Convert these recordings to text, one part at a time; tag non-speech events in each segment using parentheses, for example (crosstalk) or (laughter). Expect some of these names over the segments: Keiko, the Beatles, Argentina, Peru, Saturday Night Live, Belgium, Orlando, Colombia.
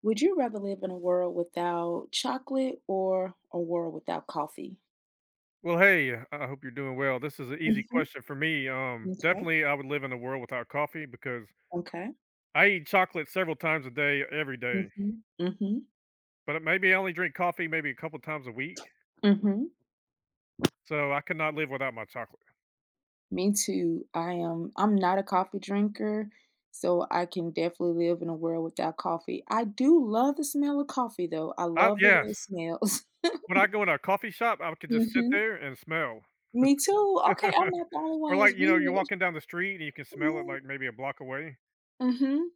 Would you rather live in a world without chocolate or a world without coffee? Well, hey, I hope you're doing well. This is an easy hmm question for me. Okay. Definitely, I would live in a world without coffee because Okay. I eat chocolate several times a day, every day. hmm Mm-hmm. But maybe I only drink coffee maybe a couple times a week, Mm-hmm. so I could not live without my chocolate. Me too. I'm not a coffee drinker, so I can definitely live in a world without coffee. I do love the smell of coffee though. I I, love the way yes, it smells. when I go in a coffee shop, I (laughs) could just sit hmm there and smell, Me too. Okay, I'm not (laughs) the only or one like that's you know, you're weird. walking down the street and you can smell it Yeah. like maybe a block away, Mm-hmm.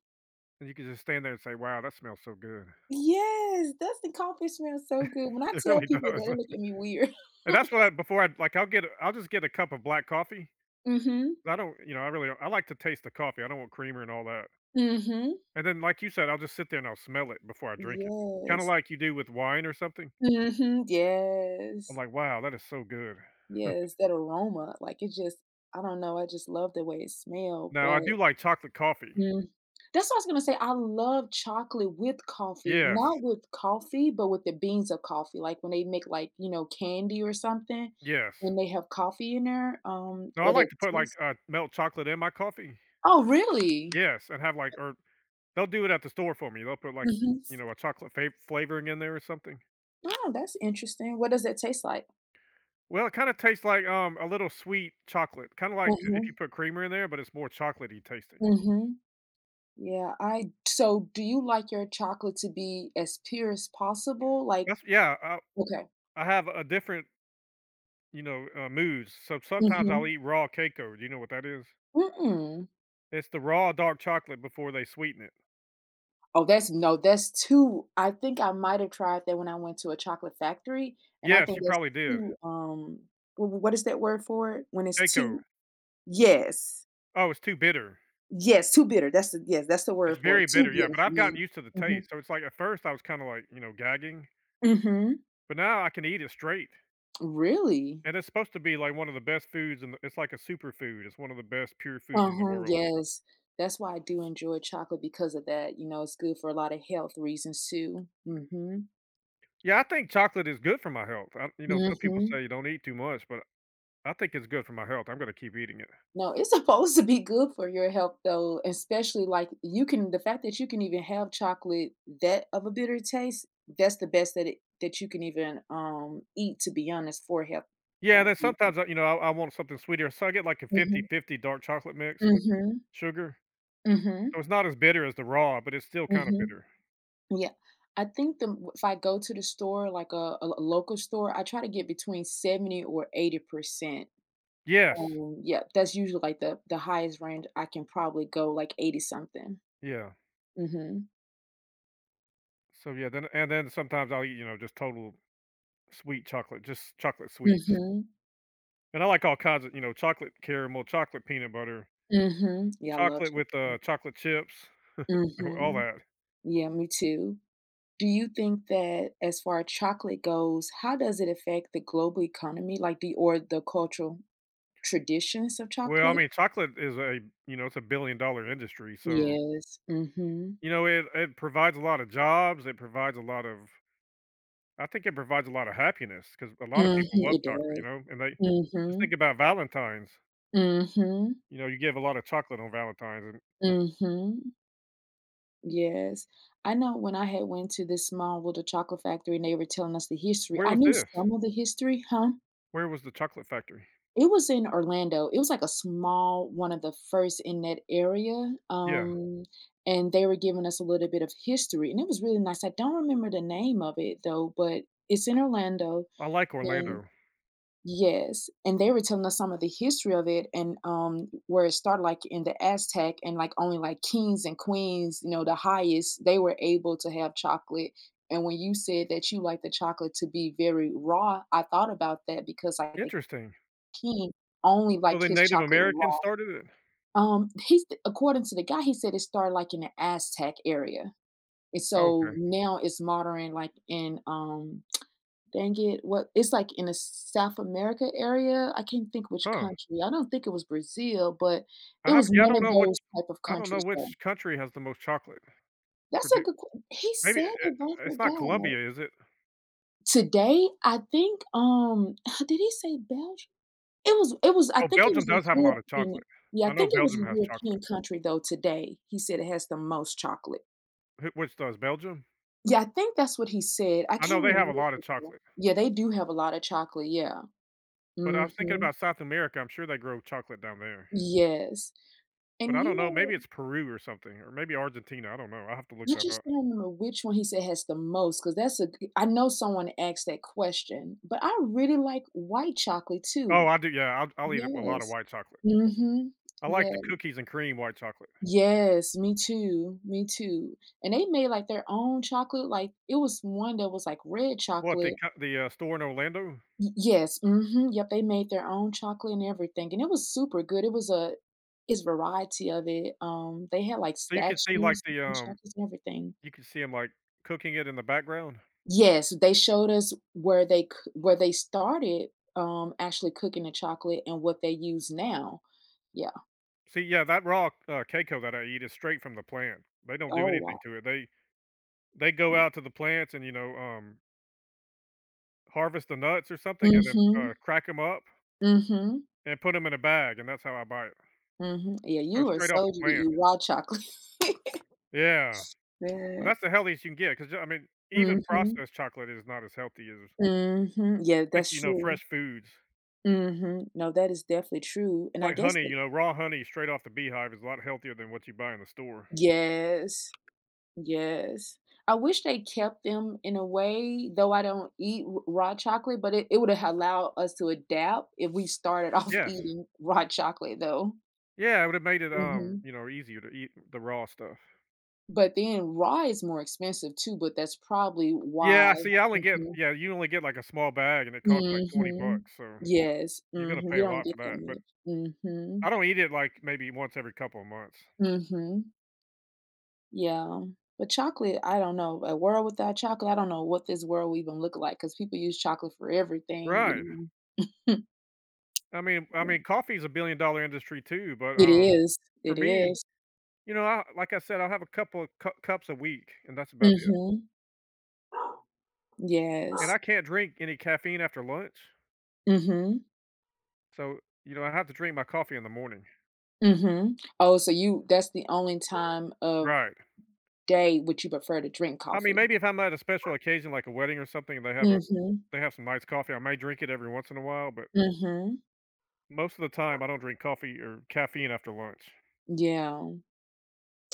and you can just stand there and say, "Wow, that smells so good." (laughs) Yes, doesn't coffee smell so good? When I It tell really people that, does. they (laughs) look at me weird. And (laughs) that's what I before I like. I'll I'll just get a cup of black coffee. mm-hmm. I don't, you know, I really don't. I like to taste the coffee. I don't want creamer and all that. Mhm. And then, like you said, I'll just sit there and I'll smell it before I drink it, kind of Yes. like you do with wine or something. Mhm. I'm Yes. like, wow, that is so good. Yes, that aroma, like, it just I don't know, I just love the way it smelled, Now, I but do like chocolate coffee. mm, that's what I was gonna say, I love chocolate with coffee, Yes, not with coffee, but with the beans of coffee, like, when they make, like, candy or something, yes. and they have coffee in there, No, I or like that to put like taste. Melt chocolate in my coffee. Oh, really? Yes, and have like, or they'll do it at the store for me. They'll put like, Mhm. you know, a chocolate flavoring in there or something. Oh, that's interesting. What does that taste like? Well, it kind of tastes like a little sweet chocolate, kind of like if you Mhm. put creamer in there, but it's more chocolatey tasting. Mhm. Yeah, I so do you like your chocolate to be as pure as possible? Like That's yeah. Okay. I have a different. You know, mousse. So sometimes I'll Mhm. eat raw Keiko. Do you know what that is? Mm-mm. It's the raw dark chocolate before they sweeten it. Oh, that's no, that's too I think I might have tried that when I went to a chocolate factory, and I Yes, think you that's probably did. too, what is that word for it? When it's Keiko. too Yes. Oh, it's too bitter. Yes, too bitter, that's the yes, that's the It's word for very it, too bitter, yeah, bitter but for I've gotten me. used to the Mhm. taste. So it's like at first I was kinda like, you know, gagging, Mhm. but now I can eat it straight. Really? And it's supposed to be like one of the best foods, and it's like a superfood. It's one of the best pure foods in the Uh-huh, world. yes. That's why I do enjoy chocolate because of that, you know, it's good for a lot of health reasons too. Mhm. Yeah, I think chocolate is good for my health. I, you know, some people Mhm. say you don't eat too much, but I think it's good for my health. I'm gonna keep eating it. No, it's (laughs) supposed to be good for your health though, especially like you can the fact that you can even have chocolate that of a bitter taste, that's the best that it that you can even eat to be honest for health Yeah, health then reasons. sometimes I you know, I want something sweeter, so I get like a Mhm. fifty-fifty dark chocolate mix with Mhm. sugar, Mhm. so it's not as bitter as the raw, but it's still kinda Mhm. bitter. Yeah. I think the if I go to the store, like a local store, I try to get between 70 or 80%. Yes. Yeah, that's usually, like, the highest range I can probably go, like, 80 something. Yeah. Mhm. So, yeah, then and then sometimes I'll eat, you know, just total sweet chocolate, just chocolate sweets, Mhm. and I like all kinds of, you know, chocolate caramel, chocolate peanut butter, Mhm. Yeah, I love chocolate with, chocolate. chocolate chips, you know, all Mhm. that. Yeah, me too. Do you think that as far as chocolate goes, how does it affect the global economy, like, the cultural traditions of Well, I chocolate? mean, chocolate is a you know, it's a billion-dollar industry, so, Yes. Mhm. you know, it provides a lot of jobs, it provides a lot of I think it provides a lot of happiness because a lot of people Mhm, love it chocolate, you does. know, and they just Mhm. think about Valentine's. Mhm, You know, you give a lot of chocolate on Valentine's, and mhm, yes. I know when I had went to this small little chocolate factory and they were telling us the history, where I was knew this? some of the history, huh? Where was the chocolate factory? It was in Orlando. It was like a small one of the first in that area, Yeah, and they were giving us a little bit of history, and it was really nice. I don't remember the name of it though, but it's in Orlando. I like Orlando. Yes, and they were telling us some of the history of it and, where it started, like, in the Aztec and, like, only, like, kings and queens, you know, the highest, they were able to have chocolate, and when you said that you like the chocolate to be very raw, I thought about that because, like, the Interesting. king only So like the his Native chocolate Americans raw. started it. He's according to the guy, he said it started, like, in the Aztec area, and so Okay, now it's modern, like, in, dang it, what it's like in the South America area, I can't think which huh? country, I don't think it was Brazil, but I it have. was Yeah, I one don't of know which. those type of I don't know countries though. which country has the most chocolate. That's a Produ- good q he Maybe said it, but I it's not forgot. Colombia, is it? Today, I think, (sighs) did he say Belgium? It was I Oh, think it Belgium was a does have a lot of chocolate. European yeah, I I know think it was Belgium a has chocolate. European country though today, he said it has the most chocolate. Who- Which does Belgium? Yeah, I think that's what he said, I I know can't they have a remember lot of though. chocolate. Yeah, they do have a lot of chocolate, yeah. But I was thinking Mhm. about South America, I'm sure they grow chocolate down there. Yes. But And I you don't know, know, maybe it's Peru or something, or maybe Argentina, I don't know, I'll have to look I that just up. don't know which one he said has the most, cause that's a g I know someone asked that question, but I really like white chocolate Oh, too. I do, yeah, I'll eat a lot of Yes. white chocolate. Mhm. I like the Yeah. cookies and cream white chocolate. Yes, me too, me too. And they made, like, their own chocolate, like, it was one that was, like, red What, chocolate. The, store in Orlando? Y yes, mhm, yep, they made their own chocolate and everything, and it was super good. It was a it's variety of it, they had, like, So you can see, like, statues and chocolates and everything. you can see them like, cooking it in the background? Yes, they showed us where they started, actually cooking the chocolate and what they use now. Yeah. See, yeah, that raw, cacao that I eat is straight from the plant. They don't do Oh, anything wow. to it. They go out to the plants and, you know, harvest the nuts or something and then, Mhm. crack them up Mhm. and put them in a bag, and that's how I buy it. Mhm. Yeah, So you are a straight off the to plant. eat raw chocolate. (laughs) Yeah, but Yeah. that's the healthiest you can get, because I mean, even Mhm. processed chocolate is not as healthy as Mhm. (laughs) Yeah, that's basically, you know, true. fresh foods. Mhm. No, that is definitely true, and I Like guess honey, that you know, raw honey straight off the beehive is a lot healthier than what you buy in the store. Yes. Yes. I wish they kept them in a way, though I don't eat r raw chocolate, but it would have allowed us to adapt if we started off (laughs) Yes. eating raw chocolate, though. Yeah, it would've made it, Mhm. you know, easier to eat the raw stuff. But then raw is more expensive too, but that's probably Yeah, why see, I only get Mhm. yeah, you only get, like, a small bag and it costs, like, 20 Mhm. bucks, so Yes. you're gonna Mhm, pay you a don't lot get for that that, but much. I Mhm. don't eat it, like, maybe once every couple of months. Mhm. Yeah. But chocolate, I don't know. A world without chocolate, I don't know what this world would even look like because people use chocolate for everything, Right. you know. I mean, (laughs) coffee's a billion-dollar industry too, but, It is, for it me. is. You know, I said, I'll have a couple of cu cups a week, and that's about it, Mhm. and Yes. I can't drink any caffeine after lunch, Mhm. so, you know, I have to drink my coffee in the morning. Mhm. Oh, so you that's the only time of Right. day which you prefer to drink I mean, coffee? maybe if I'm at a special occasion, like a wedding or something, and Mhm. they have some nice coffee, I may drink it every once in a while, but Mhm. most of the time, I don't drink coffee or caffeine after lunch. Yeah.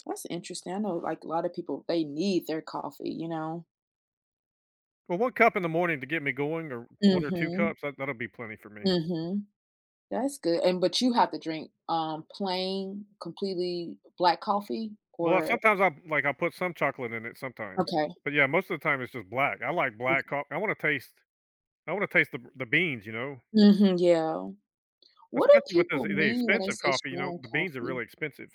That's interesting. I know, like, a lot of people, they need their coffee, you know? Well, 1 cup in the morning to get me going or 1 or 2 Mhm. cups, that that'll be plenty for me. Mhm. That's good, and but you have to drink, plain, completely black coffee Well, or sometimes I'll put some chocolate in it sometimes, okay. but, yeah, most of the time, it's just black. I like black Okay. coffee. I wanna taste the beans, you know? Mhm, yeah. What do Especially with those people the mean when they expensive say coffee, you know, strong the beans are coffee? really expensive.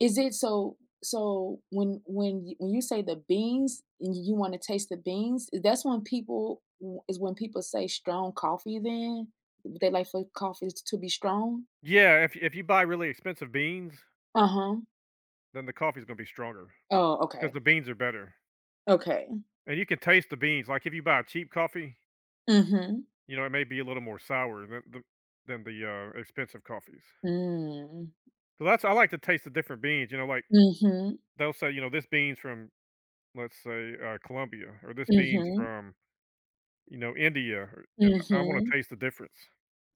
Is it so so when you say the beans and you wanna taste the beans, is that's when people w is when people say strong coffee then? They like for coffee to be strong? Yeah, if you buy really expensive beans, Uh-huh. then the coffee's gonna be stronger Oh, because okay. the beans are better, Okay. and you can taste the beans, like, if you buy cheap coffee, Mhm. you know, it may be a little more sour than than the, expensive coffees. Mm. So that's I like to taste the different beans, you know, like, Mhm. they'll say, you know, "This bean's from," let's say, "Colombia," or "This bean's Mhm. from," you know, "India," or and I wanna Mhm. taste the difference.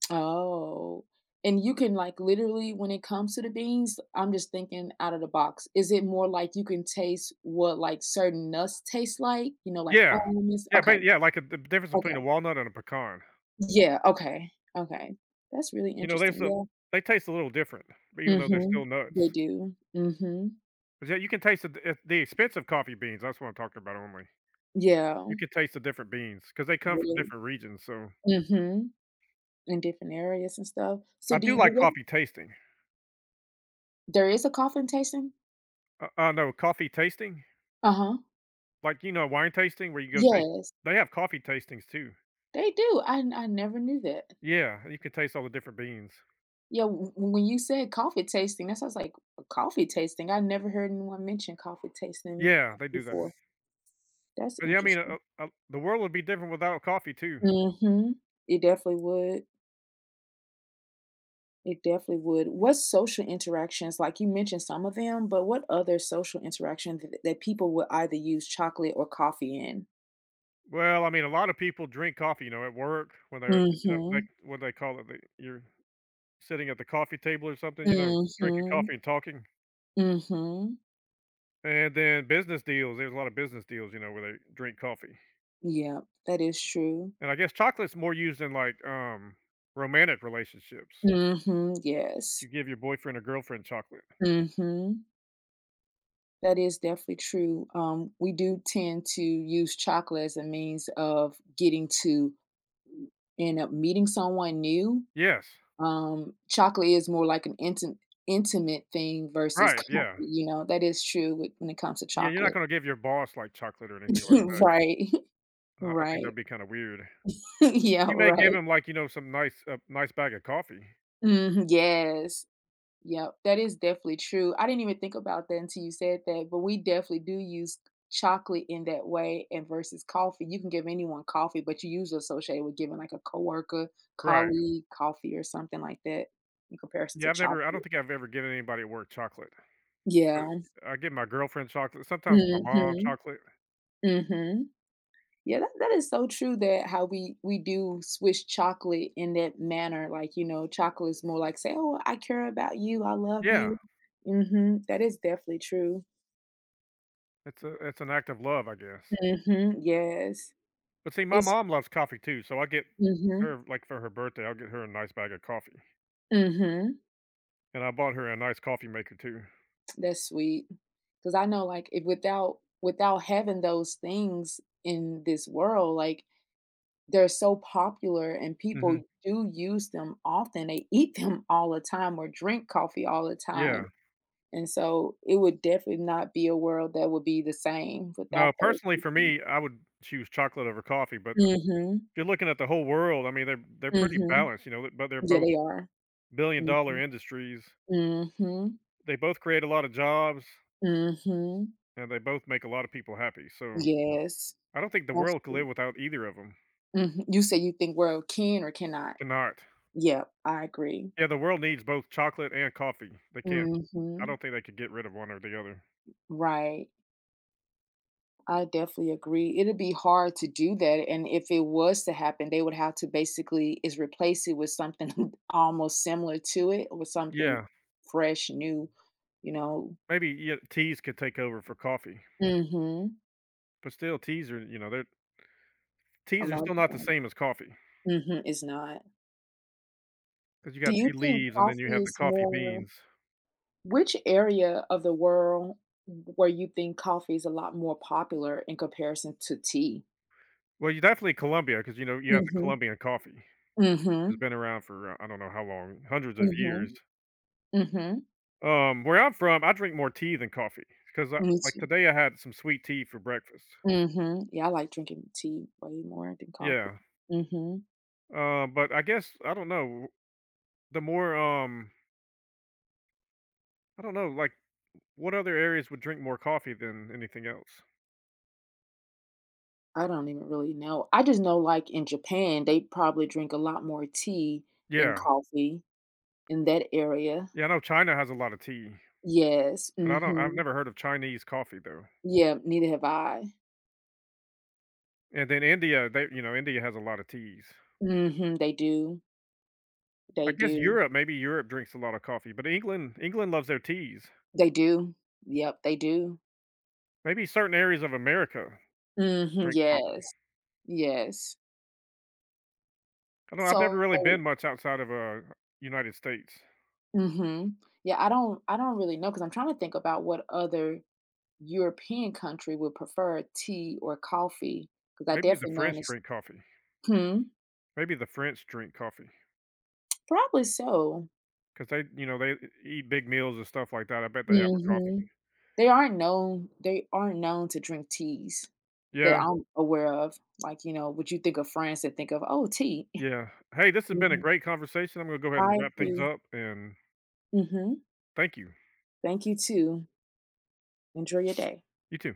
Oh, and you can, like, literally when it comes to the beans, I'm just thinking out of the box. Is it more like you can taste what, like, certain nuts taste like? You know, like Yeah. almonds? Yeah, Okay. but yeah, like, the difference between a Okay. walnut and a pecan. Yeah, okay, okay. That's really You know, there's interesting, a yeah. they taste a little different, but even though they're still Mhm. nuts. They do. Mhm. 'Cause, yeah, you can taste the expensive coffee beans, that's what I'm talking about only. Yeah, You can taste the different beans because they come from really. different regions, so Mhm. In different areas and stuff. I So do do you like what coffee tasting. there is a coffin tasting? No, coffee tasting? Uh-huh. Like, you know, wine tasting where you go taste Yes, they have coffee tastings too. they do. I never knew that. Yeah, you can taste all the different beans. Yeah, w when you said coffee tasting, that sounds like a coffee tasting. I never heard anyone mention coffee tasting Yeah, they do that. before. That's But, yeah, I mean, interesting. The world would be different without coffee too. Mhm. It definitely would. It definitely would. What social interactions, like you mentioned some of them, but what other social interaction that people would either use chocolate or coffee in? Well, I mean, a lot of people drink coffee, you know, at work when they're, you know, like Mhm. what they call it, like, you're sitting at the coffee table or something, you know, drinking coffee Mhm. and talking. Mhm. And then business deals, there's a lot of business deals, you know, where they drink coffee. Yeah, that is true. And I guess chocolate's more used in romantic relationships. Mhm. You Yes. give your boyfriend or girlfriend chocolate. Mhm. That is definitely true. We do tend to use chocolate as a means of getting to end up meeting someone new. Yes. Chocolate is more like an intimate thing versus Right. coffee, Yeah. you know, that is true with when it comes to Yeah. You're not chocolate. going to give your boss like chocolate or anything like (laughs) that. Right. (laughs) I think that'd Right. be kind of weird. But (laughs) Yeah, you may give right. him like, you know, a nice bag of coffee. Mhm, yes. Yep, that is definitely true. I didn't even think about that until you said that, but we definitely do use chocolate in that way and versus coffee. You can give anyone coffee, but you usually associate it with giving like a coworker, Right. colleague coffee or something like that in comparison Yeah, to I don't chocolate. think I've ever given anybody at work chocolate, but Yeah. I give my girlfriend chocolate, sometimes my mom Mhm. chocolate. Mhm. Yeah, that, that is so true that how we do swish chocolate in that manner. Like, you know, chocolate is more like say, "Oh, I care about you. I love Yeah, you." That is definitely true. It's an act of love, I guess. Yes. But see, my It's mom loves coffee too, so I get hmm her like for her birthday, I'll get her a nice bag of coffee, hmm and I bought her a nice coffee maker too. that's sweet. Cause I know like if without having those things in this world, like they're so popular and Hmm people do use them often. They eat them all the time or drink coffee all the time. Yeah. And so it would definitely not be a world that would be the same No, without those personally for people. me, I would choose chocolate over coffee, but if Mhm, you're looking at the whole world, I mean, they're pretty mhm. balanced, you know, but they're Yeah, both they are. billion-dollar Mhm, industries. mhm, They both create a lot of jobs, mhm. and they both make a lot of people happy. So Yes, I don't think the world could absolutely. live without either of them. Mhm. You say you think world can or cannot. Cannot. Yep, I agree. Yeah, the world needs both chocolate and coffee. They can't. I Mhm, don't think they could get rid of one or the other. right. I definitely agree. It'd be hard to do that. And if it was to happen, they would have to basically is replace it with something (laughs) almost similar to it or something Yeah, fresh, new, you know. Teas could take over for coffee, Mm-hmm. but still, A teas are lot of still not the times. same as coffee Mm-hmm. It's not. because you Do got tea you think leaves and then you coffee have the is coffee more beans. which area of the world where you think coffee is a lot more popular in comparison to tea? Well, you definitely Colombia because you know you have the Mm-hmm. Colombian coffee, which has Mm-hmm. been around for I don't know how long, hundreds of years. Mm-hmm. Mm-hmm. Where I'm from, I drink more tea than coffee because Me like too. today I had some sweet tea for breakfast. Mhm. Yeah, I like drinking tea way more than coffee. Yeah, Mhm. But I guess I don't know. The more I don't know. Like, what other areas would drink more coffee than anything else? I don't even really know. I just know, like, in Japan, they probably drink a lot more tea than Yeah, coffee in that area. yeah. I know China has a lot of tea, Yes. but I don't. I've Mhm. never heard of Chinese coffee though. Yeah, neither have I. And then India, they you know India has a lot of teas. Mhm. They do. I They guess do. Europe, maybe Europe drinks a lot of coffee, but England, England loves their teas. They do. Yep, they do. Maybe certain areas of America Mhm. drink coffee. Yes. Yes. I don't. Know, I've never So really been much outside of United States. Mhm. Yeah, I don't really know because 'cause I'm trying to think about what other European country would prefer tea or coffee because I Maybe the definitely French noticed drink coffee. Hmm? Maybe the French drink coffee. Probably so. 'Cause they you know, they eat big meals and stuff like that. I bet they have a coffee. Mhm. They aren't known to drink teas that Yeah, I'm aware of. Like, you know, would you think of France and think of, "Oh, tea." (laughs) yeah. Hey, this has been a Mhm. great conversation. I'm gonna go ahead and I wrap things agree. up, and Mhm. thank you. Thank you too. Enjoy your day. You too.